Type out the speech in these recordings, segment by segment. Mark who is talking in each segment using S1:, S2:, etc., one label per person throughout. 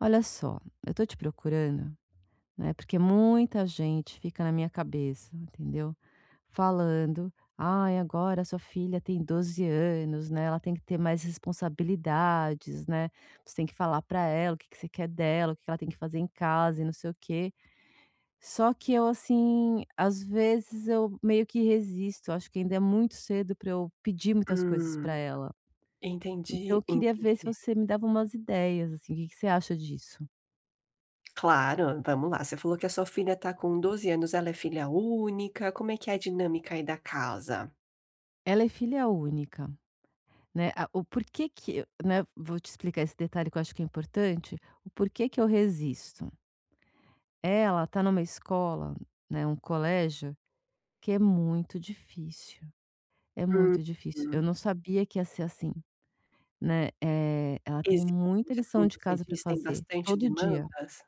S1: Olha só, eu tô te procurando, né, porque muita gente fica na minha cabeça, entendeu? Falando: "Ai, agora sua filha tem 12 anos, né, ela tem que ter mais responsabilidades, né, você tem que falar pra ela o que que você quer dela, o que que ela tem que fazer em casa e não sei o quê". Só que eu, assim, às vezes eu meio que resisto, acho que ainda é muito cedo pra eu pedir muitas coisas pra
S2: Hum,
S1: ela. Então
S2: entendi,
S1: eu queria ver se
S2: entendi.
S1: você me dava umas ideias, assim, o que que você acha disso?
S2: Claro, vamos lá. Você falou que a sua filha está com 12 anos, ela é filha única? Como é que é a dinâmica aí da casa?
S1: Ela é filha única, né, a o porquê que eu- né, vou te explicar esse detalhe que eu acho que é importante, o porquê que eu resisto. Ela tá numa escola, né, um colégio, que é muito difícil, é
S2: Hum,
S1: muito difícil. Eu
S2: hum.
S1: não sabia que ia ser assim, né, ela tem muita
S2: Exigente,
S1: lição
S2: assim,
S1: de
S2: você
S1: casa para
S2: diz, tem
S1: fazer,
S2: bastante
S1: todo dia.
S2: demandas?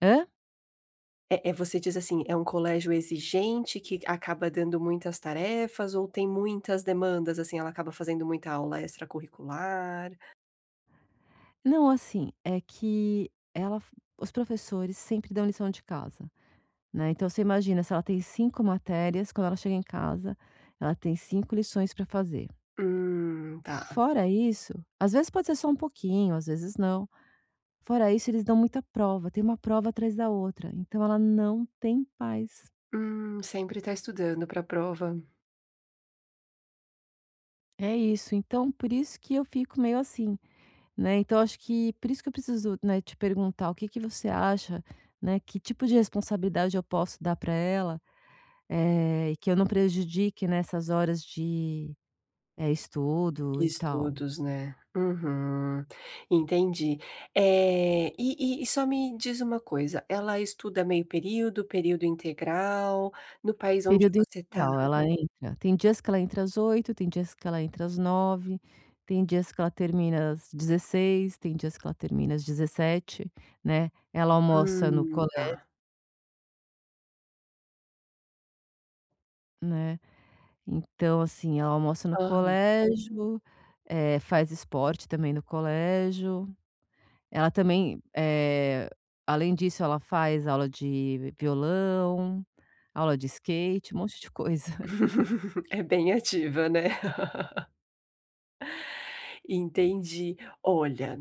S1: Hã?
S2: É você diz assim, é um colégio exigente que acaba dando muitas tarefas ou tem muitas demandas, assim, ela acaba fazendo muita aula extracurricular?
S1: Não, assim, é que ela os professores sempre dão lição de casa. Né, então você imagina, se ela tem 5 matérias, quando ela chega em casa, ela tem 5 lições para fazer.
S2: Tá.
S1: Fora isso, às vezes pode ser só um pouquinho, às vezes não. Fora isso, eles dão muita prova, tem uma prova atrás da outra, então ela não tem paz.
S2: Sempre tá estudando pra prova.
S1: É isso, então por isso que eu fico meio assim, né, então acho que por isso que eu preciso, né, te perguntar o que que você acha, né, que tipo de responsabilidade eu posso dar para ela, e que eu não prejudique nessas horas de, estudo e tal?
S2: Estudos, né. Uhum, entendi. E só me diz uma coisa, ela estuda meio período, período integral, no país onde
S1: Período
S2: você tá?
S1: integral, ela entra tem dias que ela entra às 8h, tem dias que ela entra às 9h, tem dias que ela termina às 16h, tem dias que ela termina às 17h, né. Ela almoça no
S2: Tá.
S1: colégio, né. Então, assim, ela almoça no
S2: Aham.
S1: colégio, faz esporte também no colégio. Ela também, além disso, ela faz aula de violão, aula de skate, um monte de coisa.
S2: É bem ativa, né. Entendi. Olha,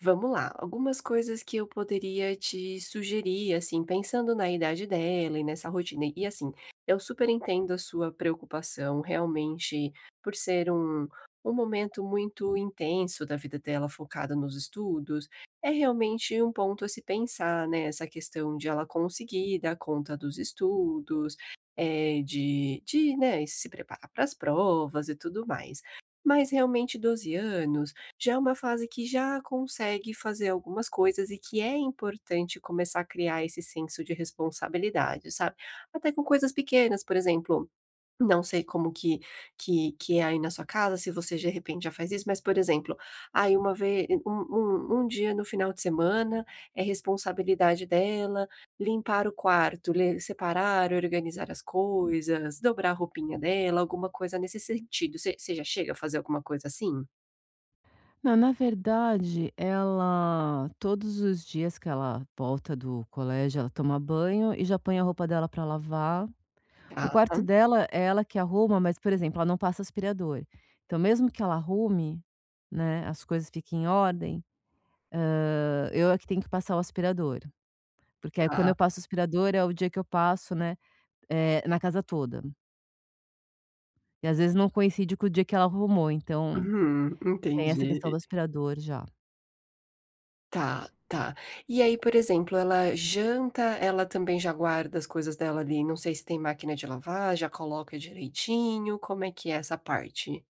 S2: vamos lá. Algumas coisas que eu poderia te sugerir, assim, pensando na idade dela e nessa rotina. E assim, eu super entendo a sua preocupação, realmente, por ser um, um momento muito intenso da vida dela, focada nos estudos. É realmente um ponto a se pensar, né? Essa questão de ela conseguir dar conta dos estudos, é, de, né, se preparar para as provas e tudo mais. Mas realmente 12 anos já é uma fase que já consegue fazer algumas coisas e que é importante começar a criar esse senso de responsabilidade, sabe. Até com coisas pequenas, por exemplo, não sei como que que é aí na sua casa, se você de repente já faz isso, mas, por exemplo, aí uma vez, um dia no final de semana é responsabilidade dela limpar o quarto, le separar, organizar as coisas, dobrar a roupinha dela, alguma coisa nesse sentido. Você já chega a fazer alguma coisa assim?
S1: Não, na verdade, ela todos os dias que ela volta do colégio, ela toma banho e já põe a roupa dela para lavar. O
S2: Tá,
S1: quarto dela é ela que arruma, mas, por exemplo, ela não passa aspirador. Então mesmo que ela arrume, né, as coisas fiquem em ordem, eu é que tenho que passar o aspirador. Porque aí quando
S2: tá.
S1: eu passo o aspirador é o dia que eu passo, né, na casa toda. E às vezes não coincide com o dia que ela arrumou, então
S2: Uhum,
S1: tem essa questão do
S2: entendi.
S1: aspirador já.
S2: Tá, tá. E aí, por exemplo, ela janta, ela também já guarda as coisas dela ali, não sei se tem máquina de lavar, já coloca direitinho, como é que é essa parte?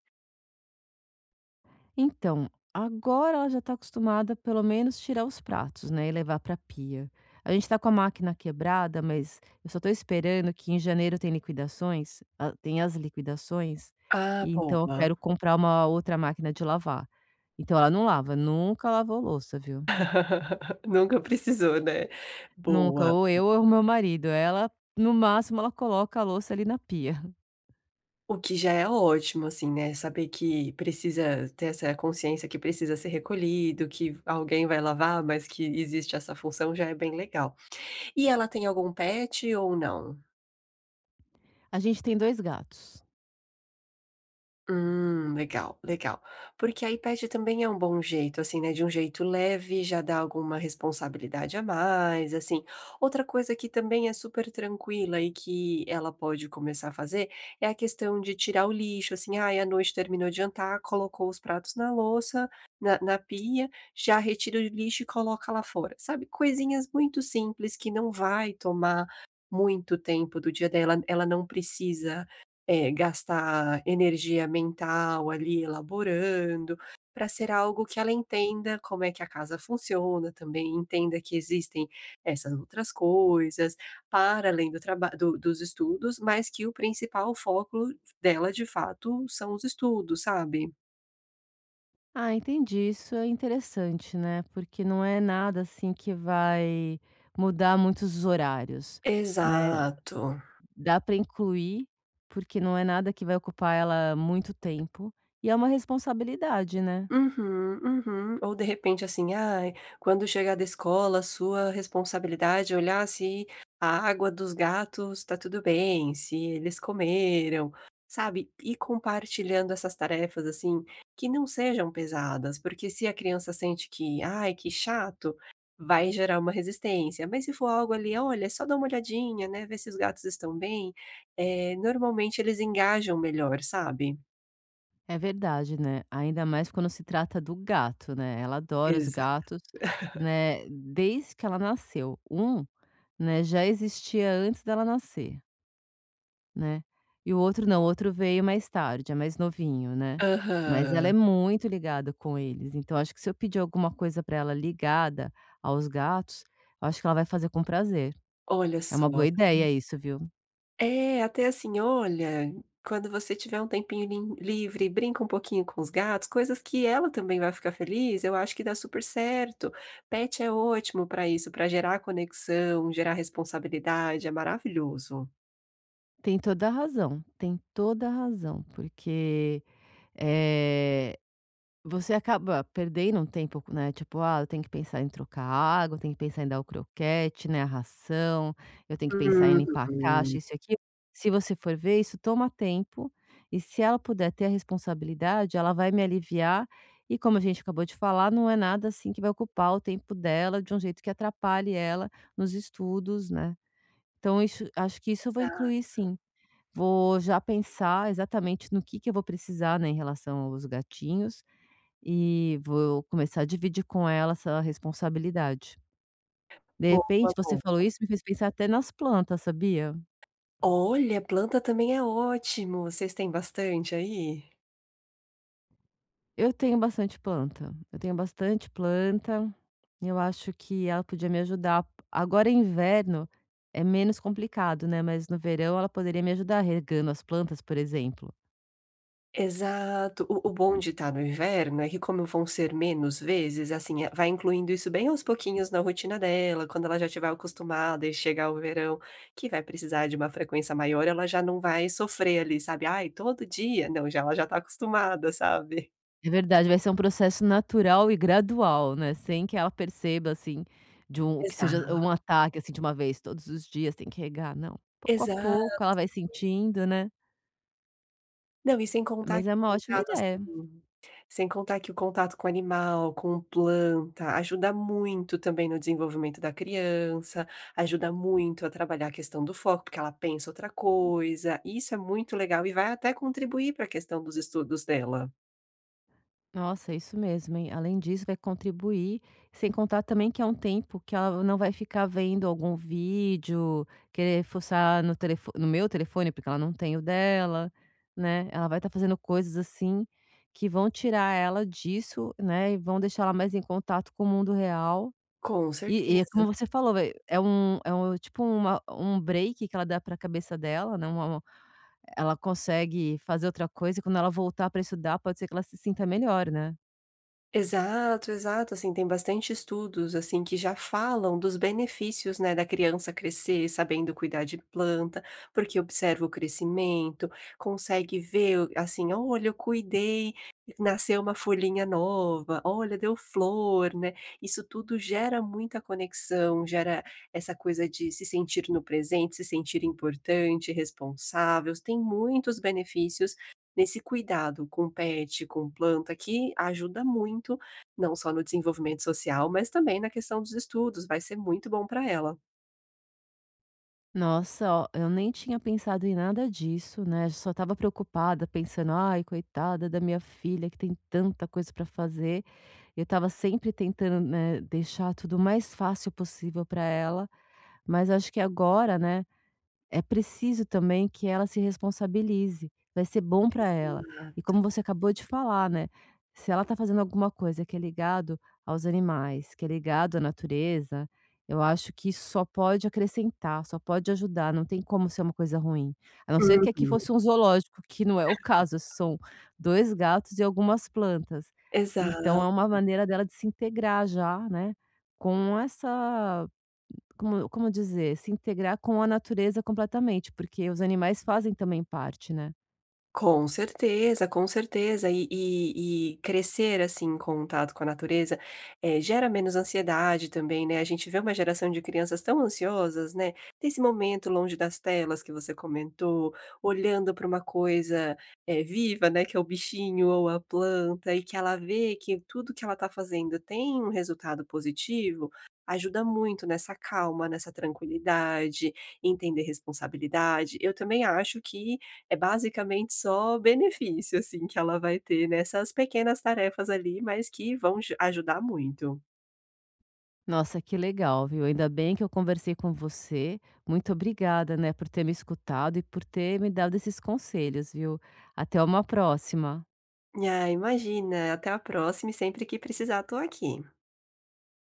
S1: Então, agora ela já está acostumada pelo menos tirar os pratos, né, e levar para a pia. A gente está com a máquina quebrada, mas eu só estou esperando que em janeiro tem liquidações, a tem as liquidações,
S2: Ah,
S1: e então eu
S2: boa.
S1: quero comprar uma outra máquina de lavar. Então ela não lava, nunca lavou louça, viu.
S2: Nunca precisou, né?
S1: Nunca,
S2: Boa.
S1: ou eu ou o meu marido, ela, no máximo, ela coloca a louça ali na pia.
S2: O que já é ótimo, assim, né? Saber que precisa ter essa consciência que precisa ser recolhido, que alguém vai lavar, mas que existe essa função já é bem legal. E ela tem algum pet ou não?
S1: A gente tem 2 gatos.
S2: Legal, legal. Porque a iPad também é um bom jeito, assim, né, de um jeito leve, já dá alguma responsabilidade a mais, assim. Outra coisa que também é super tranquila e que ela pode começar a fazer é a questão de tirar o lixo, assim, ai, à noite terminou de jantar, colocou os pratos na louça, na, na pia, já retira o lixo e coloca lá fora, sabe? Coisinhas muito simples que não vai tomar muito tempo do dia dela, ela não precisa, é, gastar energia mental ali elaborando, para ser algo que ela entenda como é que a casa funciona também, entenda que existem essas outras coisas, para além do traba do dos estudos, mas que o principal foco dela de fato são os estudos, sabe?
S1: Ah, entendi. Isso é interessante, né, porque não é nada, assim, que vai mudar muitos horários, né.
S2: Exato.
S1: Dá para incluir, porque não é nada que vai ocupar ela muito tempo, e é uma responsabilidade, né.
S2: Uhum, uhum. Ou de repente assim: "Ai, quando chegar da escola, sua responsabilidade é olhar se a água dos gatos está tudo bem, se eles comeram", sabe. E compartilhando essas tarefas, assim, que não sejam pesadas, porque se a criança sente que: "Ai, que chato", vai gerar uma resistência. Mas se for algo ali: "Olha, só dá uma olhadinha, né, ver se os gatos estão bem", normalmente eles engajam melhor, sabe.
S1: É verdade, né, ainda mais quando se trata do gato, né, ela adora os
S2: Exato.
S1: gatos, né, desde que ela nasceu. Né, já existia antes dela nascer. Né. E o outro não, o outro veio mais tarde, é mais novinho, né. Mas ela
S2: Aham.
S1: é muito ligada com eles, então acho que se eu pedir alguma coisa para ela ligada aos gatos, eu acho que ela vai fazer com prazer.
S2: Olha
S1: É
S2: só.
S1: uma boa ideia isso, viu.
S2: É, até assim: "Olha, quando você tiver um tempinho lin livre, brinca um pouquinho com os gatos", coisas que ela também vai ficar feliz, eu acho que dá super certo. Pet é ótimo para isso, para gerar conexão, gerar responsabilidade, é maravilhoso.
S1: Tem toda a razão, tem toda a razão, porque, eh você acaba perdendo um tempo, né, tipo: "Ah, eu tenho que pensar em trocar a água, eu tenho que pensar em dar o croquete, né, a ração, eu tenho que pensar em limpar a
S2: Uhum.
S1: caixa, isso e aquilo". Se você for ver, isso toma tempo e se ela puder ter a responsabilidade, ela vai me aliviar e como a gente acabou de falar, não é nada, assim, que vai ocupar o tempo dela de um jeito que atrapalhe ela nos estudos, né. Então isso acho que isso eu vou incluir
S2: Exato.
S1: sim. Vou já pensar exatamente no que eu vou precisar, né, em relação aos gatinhos e vou começar a dividir com ela essa responsabilidade. De
S2: Boa, boa.
S1: repente, você falou isso, me fez pensar até nas plantas, sabia?
S2: Olha, planta também é ótimo. Vocês têm bastante aí?
S1: Eu tenho bastante planta, eu tenho bastante planta, eu acho que ela podia me ajudar. Agora, em inverno é menos complicado, né? Mas no verão ela poderia me ajudar regando as plantas, por exemplo.
S2: Exato. O bom de estar no inverno é que como vão ser menos vezes, assim, vai incluindo isso bem aos pouquinhos na rotina dela, quando ela já estiver acostumada e chegar o verão, que vai precisar de uma frequência maior, ela já não vai sofrer ali, sabe: "Ai, todo dia". Não, já ela já está acostumada, sabe?
S1: É verdade, vai ser um processo natural e gradual, né, sem que ela perceba, assim, de um que seja
S2: Exato.
S1: um ataque, assim, de uma vez, todos os dias tem que regar, não, pouco a pouco ela vai sentindo, né.
S2: Não, e sem contar
S1: Mas
S2: que
S1: é
S2: o
S1: uma ótima
S2: contato,
S1: ideia.
S2: assim, sem contar que o contato com animal, com planta, ajuda muito também no desenvolvimento da criança, ajuda muito a trabalhar a questão do foco, porque ela pensa outra coisa. Isso é muito legal e vai até contribuir para a questão dos estudos dela.
S1: Nossa, é isso mesmo, hein. Além disso, vai contribuir, sem contar também que é um tempo que ela não vai ficar vendo algum vídeo, querer fuçar no telefo no meu telefone, porque ela não tem o dela, né. Ela vai estar fazendo coisas, assim, que vão tirar ela disso, né, e vão deixar ela mais em contato com o mundo real.
S2: Com
S1: E é
S2: certeza.
S1: como você falou, vai é um tipo uma um break que ela dá para a cabeça dela, né, uma ela consegue fazer outra coisa e quando ela voltar para estudar, pode ser que ela se sinta melhor, né.
S2: Exato, exato, assim, tem bastante estudos, assim, que já falam dos benefícios, né, da criança crescer sabendo cuidar de planta, porque observa o crescimento, consegue ver, assim, olha, eu cuidei, nasceu uma folhinha nova, olha, deu flor, né? Isso tudo gera muita conexão, gera essa coisa de se sentir no presente, se sentir importante, responsável, tem muitos benefícios nesse cuidado com pet, com planta, que ajuda muito, não só no desenvolvimento social, mas também na questão dos estudos, vai ser muito bom para ela.
S1: Nossa, ó, eu nem tinha pensado em nada disso, né, só estava preocupada pensando: "Ai, coitada da minha filha que tem tanta coisa para fazer". Eu estava sempre tentando, né, deixar tudo o mais fácil possível para ela, mas acho que agora, né é preciso também que ela se responsabilize, vai ser bom para ela. E
S2: Exato.
S1: como você acabou de falar, né, se ela tá fazendo alguma coisa que é ligado aos animais, que é ligado à natureza, eu acho que isso só pode acrescentar, só pode ajudar, não tem como ser uma coisa ruim. A não ser que aqui
S2: Uhum,
S1: fosse um zoológico, que não é o caso, são 2 gatos e algumas plantas. Então
S2: exato.
S1: é uma maneira dela de se integrar já, né, com essa como dizer, se integrar com a natureza completamente, porque os animais fazem também parte, né.
S2: Com certeza, com certeza. E crescer, assim, em contato com a natureza, gera menos ansiedade também, né. A gente vê uma geração de crianças tão ansiosas, né. Ter esse momento longe das telas que você comentou, olhando para uma coisa, viva, né, que é o bichinho ou a planta, e que ela vê que tudo que ela está fazendo tem um resultado positivo, ajuda muito nessa calma, nessa tranquilidade, entender responsabilidade. Eu também acho que é basicamente só benefício, assim, que ela vai ter nessas pequenas tarefas ali, mas que vão ju ajudar muito.
S1: Nossa, que legal, viu. Ainda bem que eu conversei com você. Muito obrigada, né, por ter me escutado e por ter me dado esses conselhos, viu. Até uma próxima.
S2: Ah, imagina, até a próxima e sempre que precisar tô aqui.